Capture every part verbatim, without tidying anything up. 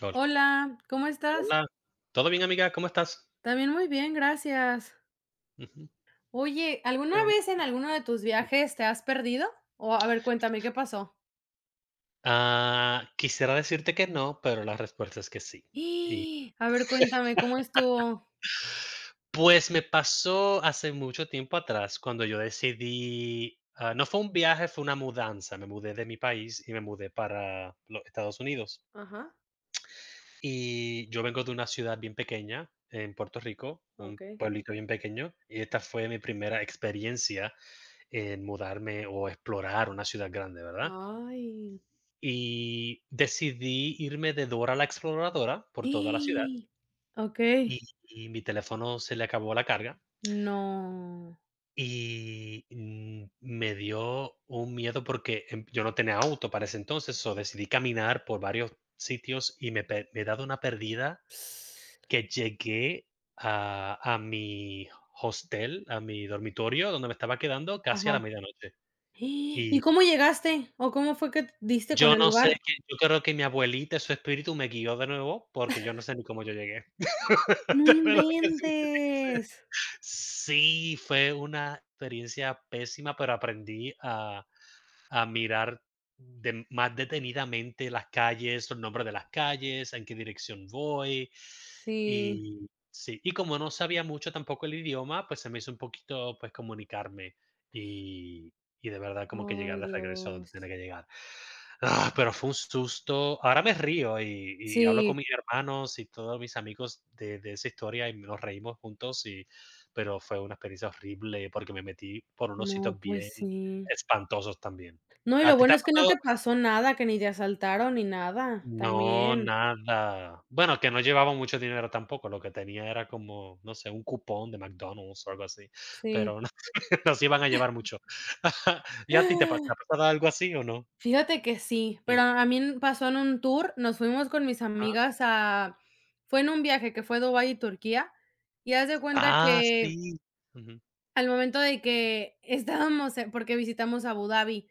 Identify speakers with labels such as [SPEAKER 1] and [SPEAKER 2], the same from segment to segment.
[SPEAKER 1] Hola.
[SPEAKER 2] Hola, ¿cómo estás?
[SPEAKER 1] Hola. ¿Todo bien, amiga? ¿Cómo estás?
[SPEAKER 2] También muy bien, gracias.
[SPEAKER 1] Ujú.
[SPEAKER 2] Oye, ¿alguna
[SPEAKER 1] ¿Qué onda?
[SPEAKER 2] vez en alguno de tus viajes te has perdido? O a ver, cuéntame, ¿qué pasó?
[SPEAKER 1] Ah, quisiera decirte que no, pero la respuesta es que sí. Y
[SPEAKER 2] ¡Ih! A ver, cuéntame, ¿cómo estuvo?
[SPEAKER 1] pues me pasó hace mucho tiempo atrás cuando yo decidí, ah, no fue un viaje, fue una mudanza. Me mudé de mi país y me mudé para los Estados Unidos.
[SPEAKER 2] Ajá,
[SPEAKER 1] Y yo vengo de una ciudad bien pequeña en Puerto Rico,
[SPEAKER 2] ok.
[SPEAKER 1] un pueblito bien pequeño, y esta fue mi primera experiencia en mudarme o explorar una ciudad grande, ¿verdad?
[SPEAKER 2] Ay.
[SPEAKER 1] Y decidí irme de Dora la Exploradora por toda la ciudad
[SPEAKER 2] ¡Ih! Ok.
[SPEAKER 1] y y mi teléfono se le acabó la carga
[SPEAKER 2] No.
[SPEAKER 1] y, mm, me dio un miedo porque, em, yo no tenía auto para ese entonces, o decidí caminar por varios sitios y me pe me he dado una perdida que llegué a a mi hostel, a mi dormitorio donde me estaba quedando casi a
[SPEAKER 2] Ajá.
[SPEAKER 1] la medianoche.
[SPEAKER 2] ¡Ih! ¿Y
[SPEAKER 1] Y
[SPEAKER 2] cómo llegaste? ¿O cómo fue que diste con
[SPEAKER 1] yo
[SPEAKER 2] el
[SPEAKER 1] no sé
[SPEAKER 2] lugar?
[SPEAKER 1] que yo creo que mi abuelita, su espíritu, me guió de nuevo porque yo no sé ni cómo yo llegué.
[SPEAKER 2] No
[SPEAKER 1] De verdad que sí.
[SPEAKER 2] inventes.
[SPEAKER 1] Sí, fue una experiencia pésima, pero aprendí a a mirar de más detenidamente las calles, los nombres de las calles, en qué dirección voy.
[SPEAKER 2] Sí.
[SPEAKER 1] Y sí, y como no sabía mucho tampoco el idioma, pues se me hizo un poquito, pues, comunicarme y y de verdad como que llegar
[SPEAKER 2] Ay,
[SPEAKER 1] de regreso a donde
[SPEAKER 2] Dios.
[SPEAKER 1] tenía que llegar. Ah, pero fue un susto. Ahora me río y y hablo con
[SPEAKER 2] Sí.
[SPEAKER 1] mis hermanos y todos mis amigos de de esa historia, y nos reímos juntos, y pero fue una experiencia horrible porque me metí por unos
[SPEAKER 2] No,
[SPEAKER 1] sitios
[SPEAKER 2] pues
[SPEAKER 1] bien
[SPEAKER 2] sí.
[SPEAKER 1] espantosos también.
[SPEAKER 2] No, y lo
[SPEAKER 1] ¿A ti te
[SPEAKER 2] bueno
[SPEAKER 1] ha
[SPEAKER 2] es que no
[SPEAKER 1] pasado?
[SPEAKER 2] te pasó nada, que ni te asaltaron ni nada,
[SPEAKER 1] No,
[SPEAKER 2] también,
[SPEAKER 1] nada. Bueno, que no llevaba mucho dinero tampoco, lo que tenía era como, no sé, un cupón de McDonald's o algo así,
[SPEAKER 2] sí.
[SPEAKER 1] pero no nos iban a llevar mucho. ¿Y a ti te pa te ha pasado algo así o no?
[SPEAKER 2] Fíjate que sí,
[SPEAKER 1] Mm,
[SPEAKER 2] pero a mí me pasó en un tour, nos fuimos con mis
[SPEAKER 1] ajá.
[SPEAKER 2] amigas a fue en un viaje que fue Dubái y Turquía, y haz de cuenta
[SPEAKER 1] Ah,
[SPEAKER 2] que
[SPEAKER 1] sí.
[SPEAKER 2] al momento de que estábamos, eh, porque visitamos Abu Dhabi.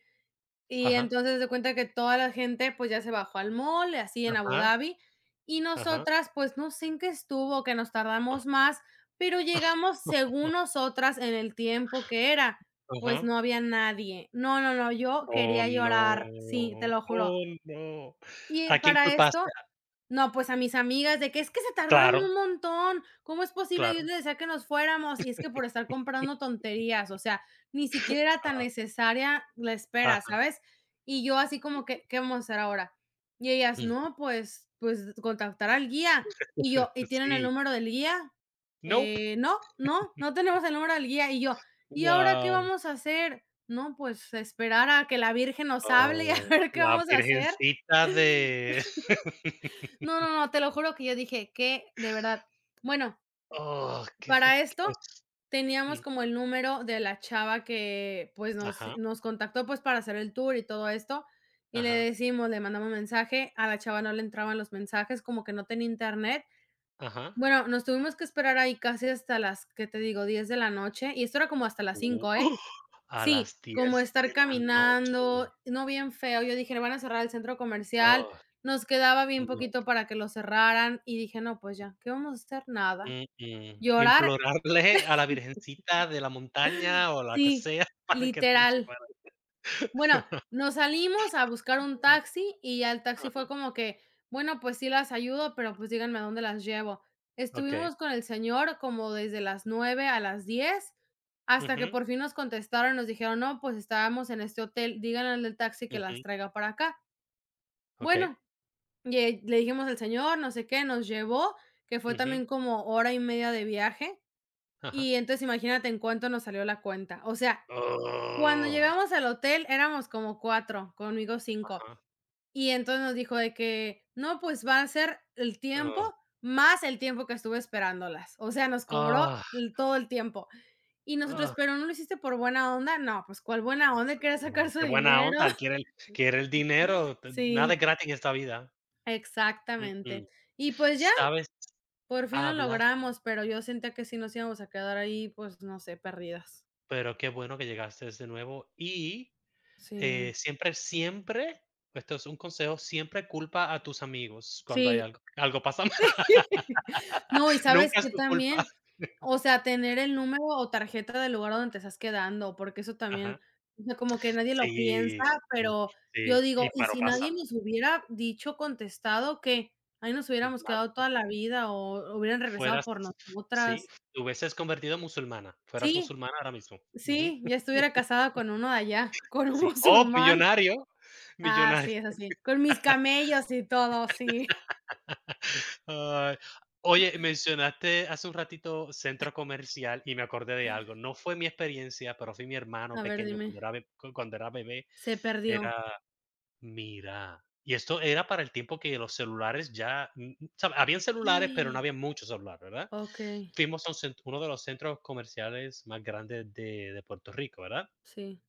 [SPEAKER 2] Y
[SPEAKER 1] Ajá,
[SPEAKER 2] entonces haz de cuenta que toda la gente, pues, ya se bajó al mall, así en Abu
[SPEAKER 1] ajá,
[SPEAKER 2] Dhabi, y
[SPEAKER 1] ajá.
[SPEAKER 2] nosotras, pues, no sé en qué estuvo, que nos tardamos más, pero llegamos según nosotras en el tiempo que era,
[SPEAKER 1] Ajá.
[SPEAKER 2] pues, no había nadie. No, no, no, yo
[SPEAKER 1] Oh,
[SPEAKER 2] quería llorar, sí, te
[SPEAKER 1] no.
[SPEAKER 2] lo juro.
[SPEAKER 1] Oh, no.
[SPEAKER 2] Y
[SPEAKER 1] ¿A quién
[SPEAKER 2] para esto
[SPEAKER 1] culpaste?
[SPEAKER 2] no, pues a mis amigas de que: "Es que se tardaron
[SPEAKER 1] Claro,
[SPEAKER 2] un montón, ¿cómo es posible?". Yo
[SPEAKER 1] claro.
[SPEAKER 2] les decía que nos fuéramos, y es que por estar comprando tonterías, o sea, ni siquiera era tan
[SPEAKER 1] Ajá,
[SPEAKER 2] necesaria la espera,
[SPEAKER 1] ajá.
[SPEAKER 2] ¿sabes? Y yo así como que: "¿Qué vamos a hacer ahora?". Y ellas: "No, pues pues contactar al guía". Y yo: "¿Y tienen el
[SPEAKER 1] Sí.
[SPEAKER 2] número del guía?".
[SPEAKER 1] Nope.
[SPEAKER 2] "Eh, no, no, no tenemos el número del guía". Y yo: "¿Y ahora qué
[SPEAKER 1] Wow.
[SPEAKER 2] vamos a hacer?". "No, pues esperar a que la Virgen nos hable y a
[SPEAKER 1] Oh,
[SPEAKER 2] ver qué
[SPEAKER 1] la
[SPEAKER 2] vamos a hacer".
[SPEAKER 1] virgencita de
[SPEAKER 2] No, no, no, te lo juro que yo dije: que de verdad. Bueno,
[SPEAKER 1] Oh, qué
[SPEAKER 2] para
[SPEAKER 1] qué
[SPEAKER 2] esto
[SPEAKER 1] es
[SPEAKER 2] teníamos
[SPEAKER 1] mm,
[SPEAKER 2] como el número de la chava que, pues, nos
[SPEAKER 1] ajá,
[SPEAKER 2] nos contactó, pues, para hacer el tour y todo esto, y le
[SPEAKER 1] ajá,
[SPEAKER 2] decimos, le mandamos mensaje, a la chava no le entraban los mensajes, como que no tenía internet.
[SPEAKER 1] ajá.
[SPEAKER 2] Bueno, nos tuvimos que esperar ahí casi hasta las, ¿qué te digo?, diez de la noche, y esto era como hasta las
[SPEAKER 1] Uh,
[SPEAKER 2] cinco, ¿eh?
[SPEAKER 1] a
[SPEAKER 2] Sí,
[SPEAKER 1] las
[SPEAKER 2] como
[SPEAKER 1] diez
[SPEAKER 2] estar
[SPEAKER 1] de la
[SPEAKER 2] caminando,
[SPEAKER 1] noche.
[SPEAKER 2] no, bien feo. Yo dije: "Van a cerrar el centro comercial".
[SPEAKER 1] Oh,
[SPEAKER 2] Nos quedaba bien
[SPEAKER 1] no.
[SPEAKER 2] poquito para que lo cerraran, y dije: "No, pues ya, ¿qué vamos a hacer? Nada".
[SPEAKER 1] Mm, mm,
[SPEAKER 2] Llorar,
[SPEAKER 1] implorarle a la virgencita de la montaña o la que
[SPEAKER 2] sí,
[SPEAKER 1] sea para que te
[SPEAKER 2] literal.
[SPEAKER 1] llevara.
[SPEAKER 2] Bueno, nos salimos a buscar un taxi, y ya el taxi fue
[SPEAKER 1] Ajá,
[SPEAKER 2] como que: "Bueno, pues sí las ayudo, pero, pues, díganme a dónde las llevo".
[SPEAKER 1] okey.
[SPEAKER 2] Estuvimos con el señor como desde las nueve a las diez hasta que
[SPEAKER 1] Ujú,
[SPEAKER 2] por fin nos contestaron, nos dijeron: "No, pues estábamos en este hotel, díganle al del taxi que las
[SPEAKER 1] ujú,
[SPEAKER 2] traiga para acá".
[SPEAKER 1] okey,
[SPEAKER 2] Bueno, lle le dijimos al señor, no sé qué, nos llevó, que fue
[SPEAKER 1] ujú,
[SPEAKER 2] también como hora y media de viaje,
[SPEAKER 1] ajá.
[SPEAKER 2] y entonces imagínate en cuánto nos salió la cuenta. O sea, cuando
[SPEAKER 1] Oh,
[SPEAKER 2] llegamos al hotel éramos como cuatro, conmigo cinco.
[SPEAKER 1] ajá,
[SPEAKER 2] Y entonces nos dijo de que: "No, pues va a ser el tiempo
[SPEAKER 1] oh,
[SPEAKER 2] más el tiempo que estuve esperándolas". O sea, nos cobró
[SPEAKER 1] ah,
[SPEAKER 2] el todo el tiempo. Y nosotros:
[SPEAKER 1] ah,
[SPEAKER 2] "¿Pero no lo hiciste por buena onda?". No, pues, ¿cuál buena onda? Quería
[SPEAKER 1] no,
[SPEAKER 2] sacar su
[SPEAKER 1] qué buena
[SPEAKER 2] dinero.
[SPEAKER 1] onda, él quiere el quiere el dinero, t nada
[SPEAKER 2] Sí,
[SPEAKER 1] es gratis en esta vida. Mm,
[SPEAKER 2] exactamente.
[SPEAKER 1] mm.
[SPEAKER 2] Y pues ya,
[SPEAKER 1] ¿Sabes?
[SPEAKER 2] por fin lo
[SPEAKER 1] Hablas,
[SPEAKER 2] logramos, pero yo sentía que si nos íbamos a quedar ahí, pues, no sé, perdidas.
[SPEAKER 1] pero qué bueno que llegaste de nuevo y eh,
[SPEAKER 2] Sí.
[SPEAKER 1] siempre, siempre, esto es un consejo, siempre culpa a tus amigos cuando hay
[SPEAKER 2] Sí,
[SPEAKER 1] algo. Algo pasa mal,
[SPEAKER 2] no, y sabes
[SPEAKER 1] nunca es
[SPEAKER 2] que
[SPEAKER 1] tu culpa.
[SPEAKER 2] también, o sea, tener el número o tarjeta del lugar donde te estás quedando, porque eso
[SPEAKER 1] Ajá.
[SPEAKER 2] también, o sea, como que nadie lo piensa,
[SPEAKER 1] Sí,
[SPEAKER 2] pero yo
[SPEAKER 1] sí,
[SPEAKER 2] digo,
[SPEAKER 1] y
[SPEAKER 2] y
[SPEAKER 1] pero
[SPEAKER 2] si nadie
[SPEAKER 1] pasa.
[SPEAKER 2] nos hubiera dicho, contestado, que ahí nos
[SPEAKER 1] Ujú.
[SPEAKER 2] hubiéramos
[SPEAKER 1] Nada,
[SPEAKER 2] quedado toda la vida o hubieran regresado
[SPEAKER 1] fueras
[SPEAKER 2] por
[SPEAKER 1] sí,
[SPEAKER 2] nosotras.
[SPEAKER 1] te hubieses convertido en musulmana, fueras
[SPEAKER 2] Sí,
[SPEAKER 1] musulmana ahora mismo. Ujú.
[SPEAKER 2] sí, ya estuviera casada con uno de allá, con un
[SPEAKER 1] Sí. Oh,
[SPEAKER 2] musulmán.
[SPEAKER 1] millonario,
[SPEAKER 2] Ah,
[SPEAKER 1] millonario.
[SPEAKER 2] sí, es así, con mis camellos y todo, sí.
[SPEAKER 1] Ay, oye, mencionaste hace un ratito centro comercial y me acordé de algo. No fue mi experiencia, pero fue mi hermano
[SPEAKER 2] A ver,
[SPEAKER 1] pequeño
[SPEAKER 2] dime,
[SPEAKER 1] cuando era be cu- cuando era bebé,
[SPEAKER 2] se perdió.
[SPEAKER 1] era mira, y esto era para el tiempo que los celulares ya, mm, mm, sabe, habían celulares, pero no había mucho celular, ¿verdad?
[SPEAKER 2] Okey,
[SPEAKER 1] Fuimos a un cent- uno de los centros comerciales más grandes de, de Puerto Rico, ¿verdad?
[SPEAKER 2] sí.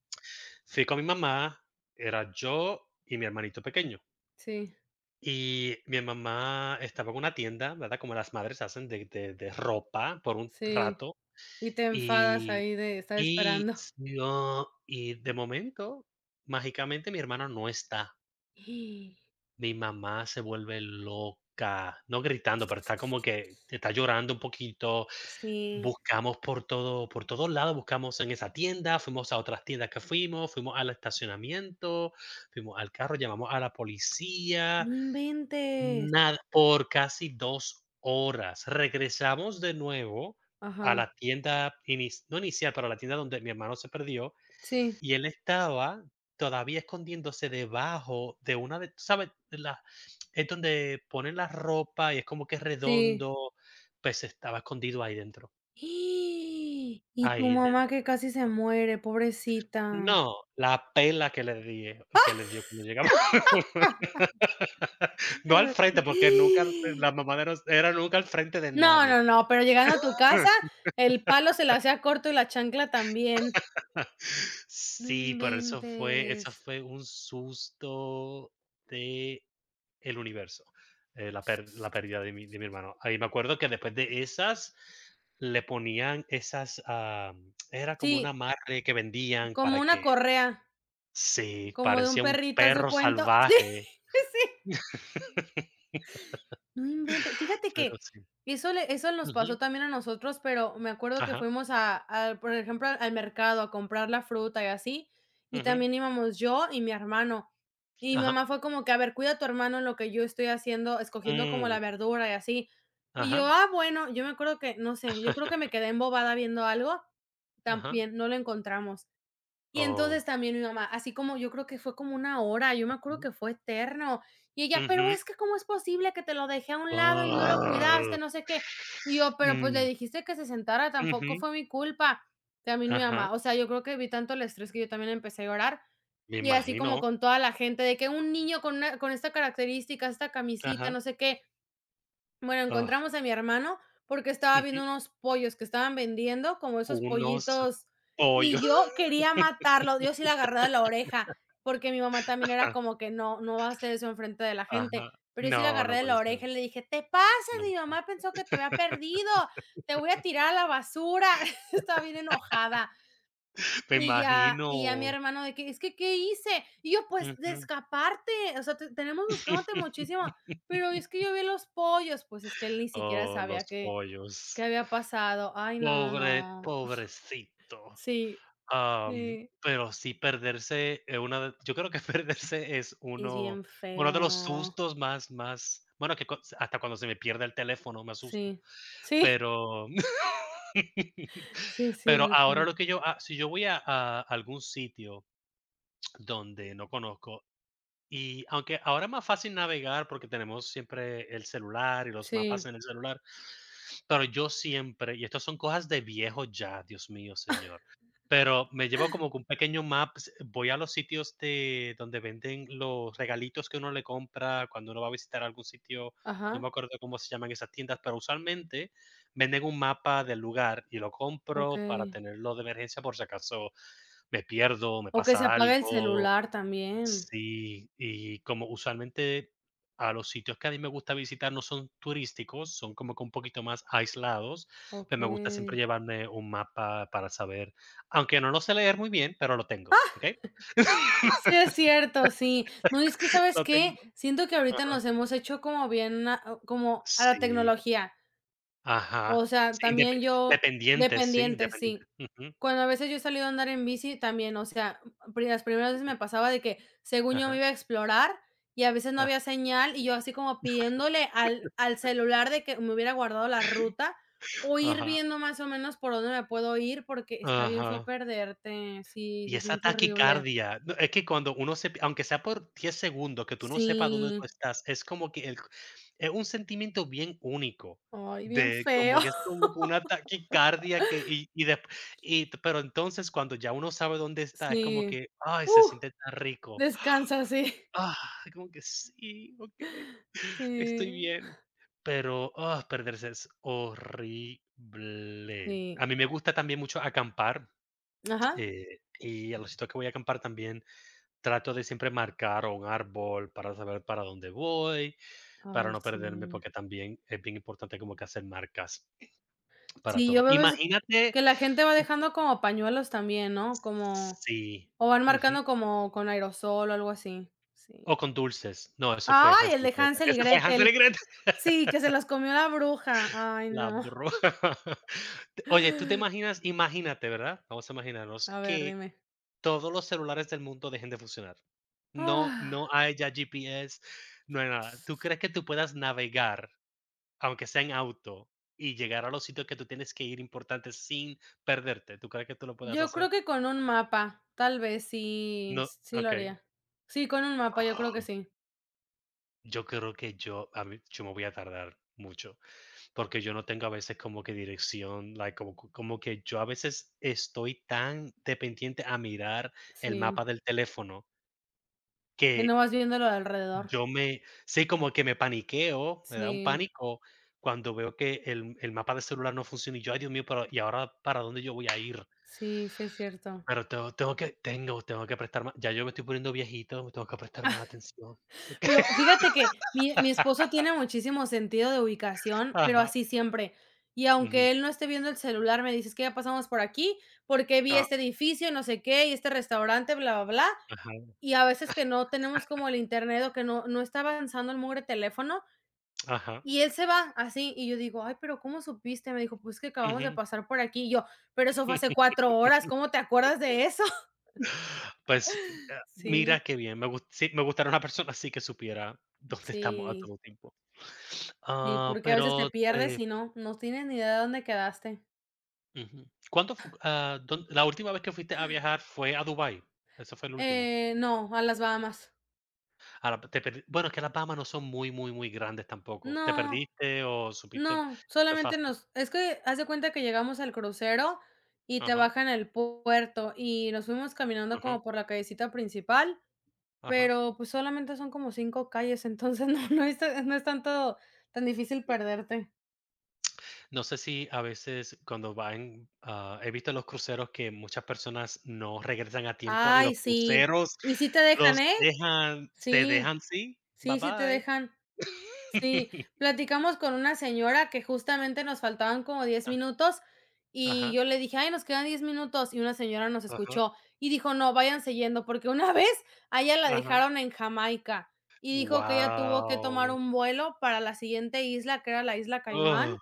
[SPEAKER 1] Fui con mi mamá, era yo y mi hermanito pequeño.
[SPEAKER 2] Sí,
[SPEAKER 1] Y mi mamá estaba en una tienda, ¿verdad? Como las madres hacen de, de- de ropa por un
[SPEAKER 2] sí.
[SPEAKER 1] rato.
[SPEAKER 2] Y te enfadas
[SPEAKER 1] Y,
[SPEAKER 2] ahí de estar
[SPEAKER 1] y,
[SPEAKER 2] esperando.
[SPEAKER 1] sí, oh, y de momento, mágicamente, mi hermano no está. Mi mamá se vuelve loca, no gritando, pero está como que está llorando un poquito.
[SPEAKER 2] Sí,
[SPEAKER 1] Buscamos por todo, por todos lados, buscamos en esa tienda, fuimos a otras tiendas que fuimos, fuimos al estacionamiento, fuimos al carro, llamamos a la policía,
[SPEAKER 2] no inventes.
[SPEAKER 1] nada, por casi dos horas. Regresamos de nuevo
[SPEAKER 2] Ajá,
[SPEAKER 1] a la tienda, inis- no inicial, pero a la tienda donde mi hermano se perdió
[SPEAKER 2] sí,
[SPEAKER 1] y él estaba todavía escondiéndose debajo de una de, ¿tú sabes? La es donde ponen la ropa y es como que es
[SPEAKER 2] sí.
[SPEAKER 1] redondo, pues estaba escondido ahí dentro,
[SPEAKER 2] Y tu
[SPEAKER 1] ahí
[SPEAKER 2] mamá
[SPEAKER 1] dentro.
[SPEAKER 2] que casi se muere, pobrecita.
[SPEAKER 1] No, la pela que le di que le dio cuando llegamos.
[SPEAKER 2] Ah.
[SPEAKER 1] No al frente, porque nunca la mamá de nos era nunca al frente de
[SPEAKER 2] No,
[SPEAKER 1] nadie.
[SPEAKER 2] no, no, pero llegando a tu casa, el palo se la hacía corto y la chancla también. No
[SPEAKER 1] Sí, pero eso fue eso
[SPEAKER 2] inventes.
[SPEAKER 1] fue un susto de el universo, eh, la, per- la pérdida de mi, de mi hermano. Ahí me acuerdo que después de esas le ponían esas, ah, era como una
[SPEAKER 2] Sí,
[SPEAKER 1] madre que vendían
[SPEAKER 2] como
[SPEAKER 1] para
[SPEAKER 2] una
[SPEAKER 1] que,
[SPEAKER 2] correa,
[SPEAKER 1] sí,
[SPEAKER 2] como de un
[SPEAKER 1] parecía un
[SPEAKER 2] perrito, haz de
[SPEAKER 1] perro
[SPEAKER 2] cuenta.
[SPEAKER 1] salvaje,
[SPEAKER 2] Sí, sí. No inventes. Fíjate
[SPEAKER 1] pero
[SPEAKER 2] que
[SPEAKER 1] sí.
[SPEAKER 2] eso le eso nos
[SPEAKER 1] Ujú,
[SPEAKER 2] pasó también a nosotros, pero me acuerdo que
[SPEAKER 1] ajá,
[SPEAKER 2] fuimos a al, por ejemplo, al al mercado a comprar la fruta y así, y
[SPEAKER 1] ujú,
[SPEAKER 2] también íbamos yo y mi hermano. Y mi
[SPEAKER 1] ajá,
[SPEAKER 2] mamá fue como que: "A ver, cuida a tu hermano en lo que yo estoy haciendo, escogiendo como
[SPEAKER 1] mm,
[SPEAKER 2] la verdura y así". Y yo:
[SPEAKER 1] ajá,
[SPEAKER 2] "Ah, bueno". Yo me acuerdo que, no sé, yo creo que me quedé embobada viendo algo,
[SPEAKER 1] ajá.
[SPEAKER 2] también no lo encontramos. Y entonces
[SPEAKER 1] Oh.
[SPEAKER 2] también mi mamá, así como yo creo que fue como una hora, yo me acuerdo
[SPEAKER 1] Ujú.
[SPEAKER 2] que fue eterno. Y ella: "Pero
[SPEAKER 1] Ujú,
[SPEAKER 2] es que, ¿cómo es posible que te lo dejé a un lado y no lo cuidaste?",
[SPEAKER 1] ah,
[SPEAKER 2] no sé qué. Y yo: "Pero, pues, le
[SPEAKER 1] mm,
[SPEAKER 2] dijiste que se sentara, tampoco
[SPEAKER 1] ujú,
[SPEAKER 2] fue mi culpa". También mi mamá,
[SPEAKER 1] ajá,
[SPEAKER 2] o sea, yo creo que vi tanto el estrés que yo también empecé a llorar,
[SPEAKER 1] me
[SPEAKER 2] y así como
[SPEAKER 1] imagino.
[SPEAKER 2] con toda la gente de que un niño con una con esta característica, esta camisita,
[SPEAKER 1] Ajá.
[SPEAKER 2] no sé qué. Bueno,
[SPEAKER 1] Ah,
[SPEAKER 2] encontramos a mi hermano porque estaba
[SPEAKER 1] ujú,
[SPEAKER 2] viendo unos pollos que estaban vendiendo, como esos
[SPEAKER 1] unos
[SPEAKER 2] pollitos,
[SPEAKER 1] pollos.
[SPEAKER 2] y yo quería matarlo. Yo sí le agarré de la oreja, porque mi mamá también era como que no, no va a hacer eso enfrente de la gente.
[SPEAKER 1] Ajá.
[SPEAKER 2] Pero yo sí le
[SPEAKER 1] No,
[SPEAKER 2] agarré
[SPEAKER 1] no
[SPEAKER 2] de la
[SPEAKER 1] puede ser,
[SPEAKER 2] oreja y le dije, te pasas,
[SPEAKER 1] no.
[SPEAKER 2] mi mamá pensó que te había perdido, te voy a tirar a la basura. Estaba bien enojada.
[SPEAKER 1] Me
[SPEAKER 2] Y ya y ya mi
[SPEAKER 1] imagino.
[SPEAKER 2] hermano de que: "Es que, ¿qué hice?". Y yo: "Pues, de
[SPEAKER 1] Ujú.
[SPEAKER 2] escaparte, o sea, te tenemos buscándote muchísimo". "Pero es que yo vi los pollos". Pues, es que él ni siquiera
[SPEAKER 1] Oh,
[SPEAKER 2] sabía
[SPEAKER 1] los
[SPEAKER 2] qué qué
[SPEAKER 1] pollos.
[SPEAKER 2] había pasado. Ay, no, no,
[SPEAKER 1] Pobre,
[SPEAKER 2] no.
[SPEAKER 1] pobrecito.
[SPEAKER 2] Sí,
[SPEAKER 1] Am,
[SPEAKER 2] sí.
[SPEAKER 1] pero sí perderse, eh, una de yo creo que perderse es
[SPEAKER 2] Es
[SPEAKER 1] uno
[SPEAKER 2] bien
[SPEAKER 1] uno de los
[SPEAKER 2] feo.
[SPEAKER 1] sustos más más bueno, que cos hasta cuando se me pierde el teléfono me asusto,
[SPEAKER 2] Sí. Sí,
[SPEAKER 1] pero
[SPEAKER 2] sí es
[SPEAKER 1] pero ahora
[SPEAKER 2] cierto.
[SPEAKER 1] lo que yo ha si yo voy a a algún sitio donde no conozco. Y aunque ahora es más fácil navegar porque tenemos siempre el celular y los mapas
[SPEAKER 2] Sí.
[SPEAKER 1] en el celular, pero yo siempre, y estas son cosas de viejo ya, Dios mío, señor, pero me llevo como que un pequeño map, s- voy a los sitios de donde venden los regalitos que uno le compra cuando uno va a visitar algún sitio, no me
[SPEAKER 2] Ajá,
[SPEAKER 1] acuerdo cómo se llaman esas tiendas, pero usualmente venden un mapa del lugar y lo compro para
[SPEAKER 2] okey.
[SPEAKER 1] tenerlo de emergencia por si acaso me pierdo, me
[SPEAKER 2] O que se
[SPEAKER 1] pasa
[SPEAKER 2] apague el
[SPEAKER 1] algo.
[SPEAKER 2] celular también.
[SPEAKER 1] Sí, y como usualmente a los sitios que a mí me gusta visitar no son turísticos, son como que un poquito más aislados, pero me gusta siempre
[SPEAKER 2] Okey.
[SPEAKER 1] llevarme un mapa para saber, aunque no lo sé leer muy bien, pero lo tengo, ¿okey?
[SPEAKER 2] Sí, es cierto, sí. No, y es que, ¿sabes
[SPEAKER 1] Lo
[SPEAKER 2] qué?
[SPEAKER 1] tengo,
[SPEAKER 2] Siento que ahorita
[SPEAKER 1] ajá.
[SPEAKER 2] nos hemos hecho como bien a como a la
[SPEAKER 1] Sí,
[SPEAKER 2] tecnología. O
[SPEAKER 1] ajá.
[SPEAKER 2] sea,
[SPEAKER 1] Sí,
[SPEAKER 2] también
[SPEAKER 1] indepe
[SPEAKER 2] yo
[SPEAKER 1] dependientes, sí,
[SPEAKER 2] dependiente, sí.
[SPEAKER 1] independientes. Ujú,
[SPEAKER 2] Cuando a veces yo he salido a andar en bici también, o sea, pri las primeras veces
[SPEAKER 1] ujú.
[SPEAKER 2] me pasaba de que, según yo me
[SPEAKER 1] Ajá,
[SPEAKER 2] iba a explorar, y a veces no
[SPEAKER 1] ajá.
[SPEAKER 2] había señal, y yo así como pidiéndole al al celular de que me hubiera guardado la ruta, o ir
[SPEAKER 1] Ajá,
[SPEAKER 2] viendo más o menos por dónde me puedo ir, porque está bien feo
[SPEAKER 1] ajá.
[SPEAKER 2] perderte. Sí,
[SPEAKER 1] Y
[SPEAKER 2] se
[SPEAKER 1] esa
[SPEAKER 2] siente horrible.
[SPEAKER 1] taquicardia, no, es que cuando uno se aunque sea por diez segundos que tú no sepas dónde tú
[SPEAKER 2] Sí.
[SPEAKER 1] estás, es como que el es un sentimiento bien único,
[SPEAKER 2] Ay, bien
[SPEAKER 1] de
[SPEAKER 2] feo.
[SPEAKER 1] como que es como que una taquicardia que y y de y t- pero entonces cuando ya uno sabe dónde está, es como
[SPEAKER 2] Sí.
[SPEAKER 1] que, ay, se
[SPEAKER 2] Uh,
[SPEAKER 1] siente tan rico.
[SPEAKER 2] descansa, sí.
[SPEAKER 1] Ah, como que sí, okey, estoy
[SPEAKER 2] Sí,
[SPEAKER 1] bien. Pero, ah, perderse es horrible.
[SPEAKER 2] sí.
[SPEAKER 1] A mí me gusta también mucho acampar,
[SPEAKER 2] Ajá.
[SPEAKER 1] eh, y a los sitios que voy a acampar también trato de siempre marcar o un árbol para saber para dónde voy, para
[SPEAKER 2] Ay,
[SPEAKER 1] no
[SPEAKER 2] sí.
[SPEAKER 1] perderme, porque también es bien importante como que hacer marcas para
[SPEAKER 2] Sí, yo
[SPEAKER 1] todo.
[SPEAKER 2] veo es
[SPEAKER 1] Imagínate
[SPEAKER 2] que la gente va dejando como pañuelos también, ¿no? Como
[SPEAKER 1] sí,
[SPEAKER 2] o van
[SPEAKER 1] ujú,
[SPEAKER 2] marcando como con aerosol o algo así. Sí.
[SPEAKER 1] o con dulces. No, eso fue
[SPEAKER 2] Ay, el
[SPEAKER 1] Hansel y
[SPEAKER 2] de
[SPEAKER 1] Gretel.
[SPEAKER 2] Hansel y
[SPEAKER 1] Ese fue
[SPEAKER 2] Gretel.
[SPEAKER 1] Hansel y Gretel.
[SPEAKER 2] Sí, que se los comió la bruja. Ay,
[SPEAKER 1] La
[SPEAKER 2] no.
[SPEAKER 1] bruja. Oye, ¿tú te imaginas? Imagínate, ¿verdad? Vamos a imaginarnos
[SPEAKER 2] A ver,
[SPEAKER 1] que
[SPEAKER 2] dime.
[SPEAKER 1] todos los celulares del mundo dejen de funcionar. No
[SPEAKER 2] Ah,
[SPEAKER 1] no hay ya G P S, no hay nada. ¿Tú crees que tú puedas navegar, aunque sea en auto, y llegar a los sitios que tú tienes que ir importantes sin perderte, ¿tú crees que tú lo puedas
[SPEAKER 2] yo creo
[SPEAKER 1] hacer?
[SPEAKER 2] que con un mapa, tal vez sí,
[SPEAKER 1] No,
[SPEAKER 2] sí lo
[SPEAKER 1] okey.
[SPEAKER 2] haría. Sí, con un mapa, yo creo que sí.
[SPEAKER 1] Yo creo que yo a mí yo me voy a tardar mucho, porque yo no tengo a veces como que dirección, like, como cu- como que yo a veces estoy tan dependiente a mirar el
[SPEAKER 2] Sí.
[SPEAKER 1] mapa del teléfono
[SPEAKER 2] Y
[SPEAKER 1] que
[SPEAKER 2] no vas viéndolo alrededor.
[SPEAKER 1] yo me sí, como que me paniqueo, me da un
[SPEAKER 2] Sí,
[SPEAKER 1] pánico cuando veo que el el mapa del celular no funciona y yo: "Ay, Dios mío, pero, ¿y ahora para dónde yo voy a ir?".
[SPEAKER 2] sí, sí es cierto.
[SPEAKER 1] Pero tengo tengo que tengo tengo que prestar más ya yo me estoy poniendo viejito, me tengo que prestar más atención.
[SPEAKER 2] Pero fíjate que mi mi esposo tiene muchísimo sentido de ubicación, pero
[SPEAKER 1] Ajá,
[SPEAKER 2] así siempre. Y
[SPEAKER 1] ujú,
[SPEAKER 2] aunque él no esté viendo el celular, me dice: "Es que ya pasamos por aquí, porque vi
[SPEAKER 1] ah,
[SPEAKER 2] este edificio, no sé qué, y este restaurante, bla, bla, bla".
[SPEAKER 1] ajá,
[SPEAKER 2] Y a veces que no tenemos como el internet o que no no está avanzando el mugre teléfono,
[SPEAKER 1] ajá,
[SPEAKER 2] y él se va así, y yo digo: "Ay, pero ¿cómo supiste?". Me dijo: "Pues que acabamos de
[SPEAKER 1] ujú.
[SPEAKER 2] pasar por aquí". Y yo: "Pero eso fue hace cuatro horas, ¿cómo te acuerdas de eso?".
[SPEAKER 1] Pues, ah,
[SPEAKER 2] Sí,
[SPEAKER 1] mira qué bien, me gust sí, me gustaría una persona así que supiera dónde estamos a
[SPEAKER 2] sí.
[SPEAKER 1] todo tiempo.
[SPEAKER 2] Sí,
[SPEAKER 1] Ah,
[SPEAKER 2] porque a veces te
[SPEAKER 1] pero,
[SPEAKER 2] pierdes
[SPEAKER 1] eh,
[SPEAKER 2] y no, no tienes ni idea de dónde quedaste.
[SPEAKER 1] ujú, ¿cuándo fu ah, dónde la última vez que fuiste a viajar fue a Dubái? Eso fue el último.
[SPEAKER 2] Eh, no, a las Bahamas.
[SPEAKER 1] Ahora te perdi bueno, es que las Bahamas no son muy, muy, muy grandes tampoco. ¿Te
[SPEAKER 2] No,
[SPEAKER 1] perdiste o supiste?
[SPEAKER 2] no,
[SPEAKER 1] Fue
[SPEAKER 2] solamente
[SPEAKER 1] fácil.
[SPEAKER 2] nos es que haz de cuenta que llegamos al crucero y te
[SPEAKER 1] Ajá.
[SPEAKER 2] bajan al puerto y nos fuimos caminando
[SPEAKER 1] Ujú,
[SPEAKER 2] como por la callecita principal,
[SPEAKER 1] ajá.
[SPEAKER 2] pero, pues, solamente son como cinco calles, entonces no, no es ta no es tanto tan difícil perderte.
[SPEAKER 1] No sé si a veces cuando van, ah, he visto en los cruceros que muchas personas no regresan a tiempo y
[SPEAKER 2] Ay,
[SPEAKER 1] los
[SPEAKER 2] sí.
[SPEAKER 1] cruceros
[SPEAKER 2] Y sí te dejan,
[SPEAKER 1] los
[SPEAKER 2] ¿eh?
[SPEAKER 1] dejan, te
[SPEAKER 2] Sí,
[SPEAKER 1] dejan, sí, bye
[SPEAKER 2] sí, sí te
[SPEAKER 1] bye.
[SPEAKER 2] dejan. Sí, platicamos con una señora que justamente nos faltaban como diez
[SPEAKER 1] Ah,
[SPEAKER 2] minutos y
[SPEAKER 1] ajá,
[SPEAKER 2] yo le dije, ay, nos quedan diez minutos y una señora nos
[SPEAKER 1] ajá,
[SPEAKER 2] escuchó y dijo, no, váyanse yendo porque una vez a ella la
[SPEAKER 1] ajá.
[SPEAKER 2] dejaron en Jamaica y dijo que ella tuvo que tomar
[SPEAKER 1] Wow.
[SPEAKER 2] un vuelo para la siguiente isla, que era la isla Caimán,
[SPEAKER 1] Oh,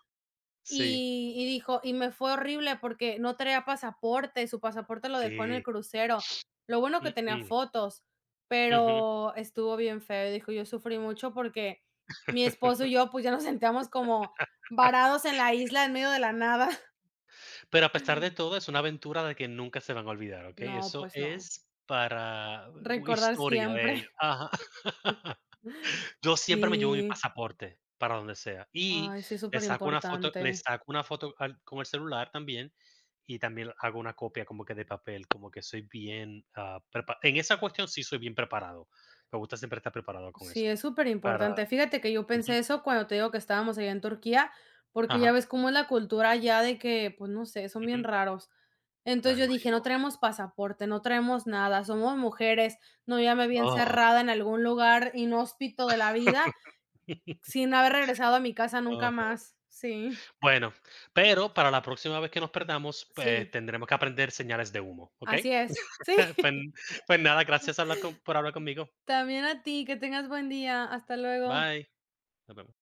[SPEAKER 1] sí,
[SPEAKER 2] y y dijo y me fue horrible porque no traía pasaporte, su pasaporte lo dejó en el
[SPEAKER 1] sí.
[SPEAKER 2] crucero. Lo bueno que
[SPEAKER 1] Mm,
[SPEAKER 2] tenía
[SPEAKER 1] mm,
[SPEAKER 2] fotos,
[SPEAKER 1] ujú.
[SPEAKER 2] pero estuvo bien feo. Y dijo: "Yo sufrí mucho porque mi esposo y yo, pues, ya nos sentíamos como varados en la isla en medio de la nada".
[SPEAKER 1] Pero a pesar de todo, es una aventura de que nunca se van a olvidar, ¿ok?
[SPEAKER 2] No,
[SPEAKER 1] Eso
[SPEAKER 2] pues no.
[SPEAKER 1] es para uh,
[SPEAKER 2] Recordar
[SPEAKER 1] historia de ellos.
[SPEAKER 2] siempre.
[SPEAKER 1] Ajá. Yo siempre me llevo mi
[SPEAKER 2] Sí.
[SPEAKER 1] pasaporte para donde sea, y
[SPEAKER 2] Ay, sí, es
[SPEAKER 1] le
[SPEAKER 2] súper
[SPEAKER 1] saco una foto
[SPEAKER 2] importante.
[SPEAKER 1] le saco una foto al con el celular también, y también hago una copia como que de papel, como que soy bien, ah, prepa en esa cuestión sí soy bien preparado. Me gusta siempre estar preparado con
[SPEAKER 2] Sí,
[SPEAKER 1] eso,
[SPEAKER 2] es súper
[SPEAKER 1] para
[SPEAKER 2] importante. Fíjate que yo
[SPEAKER 1] ujú,
[SPEAKER 2] pensé eso cuando te digo que estábamos allá en Turquía, porque ya
[SPEAKER 1] ajá,
[SPEAKER 2] ves cómo es la cultura allá de que, pues no sé, son
[SPEAKER 1] ujú,
[SPEAKER 2] bien raros.
[SPEAKER 1] ya
[SPEAKER 2] Entonces
[SPEAKER 1] me
[SPEAKER 2] yo dije, no
[SPEAKER 1] imagino.
[SPEAKER 2] traemos pasaporte, no traemos nada, somos mujeres, no, ya me vi
[SPEAKER 1] Oh.
[SPEAKER 2] encerrada en algún lugar inhóspito de la vida sin haber regresado a mi casa nunca
[SPEAKER 1] Ajá.
[SPEAKER 2] más. Sí,
[SPEAKER 1] Bueno, pero para la próxima vez que nos perdamos, pues,
[SPEAKER 2] sí,
[SPEAKER 1] tendremos que aprender señales de humo, ¿okey?
[SPEAKER 2] así es. Sí,
[SPEAKER 1] Pues pues nada, gracias hablar con por hablar conmigo.
[SPEAKER 2] también a ti, que tengas buen día. Hasta luego.
[SPEAKER 1] Bye, nos vemos.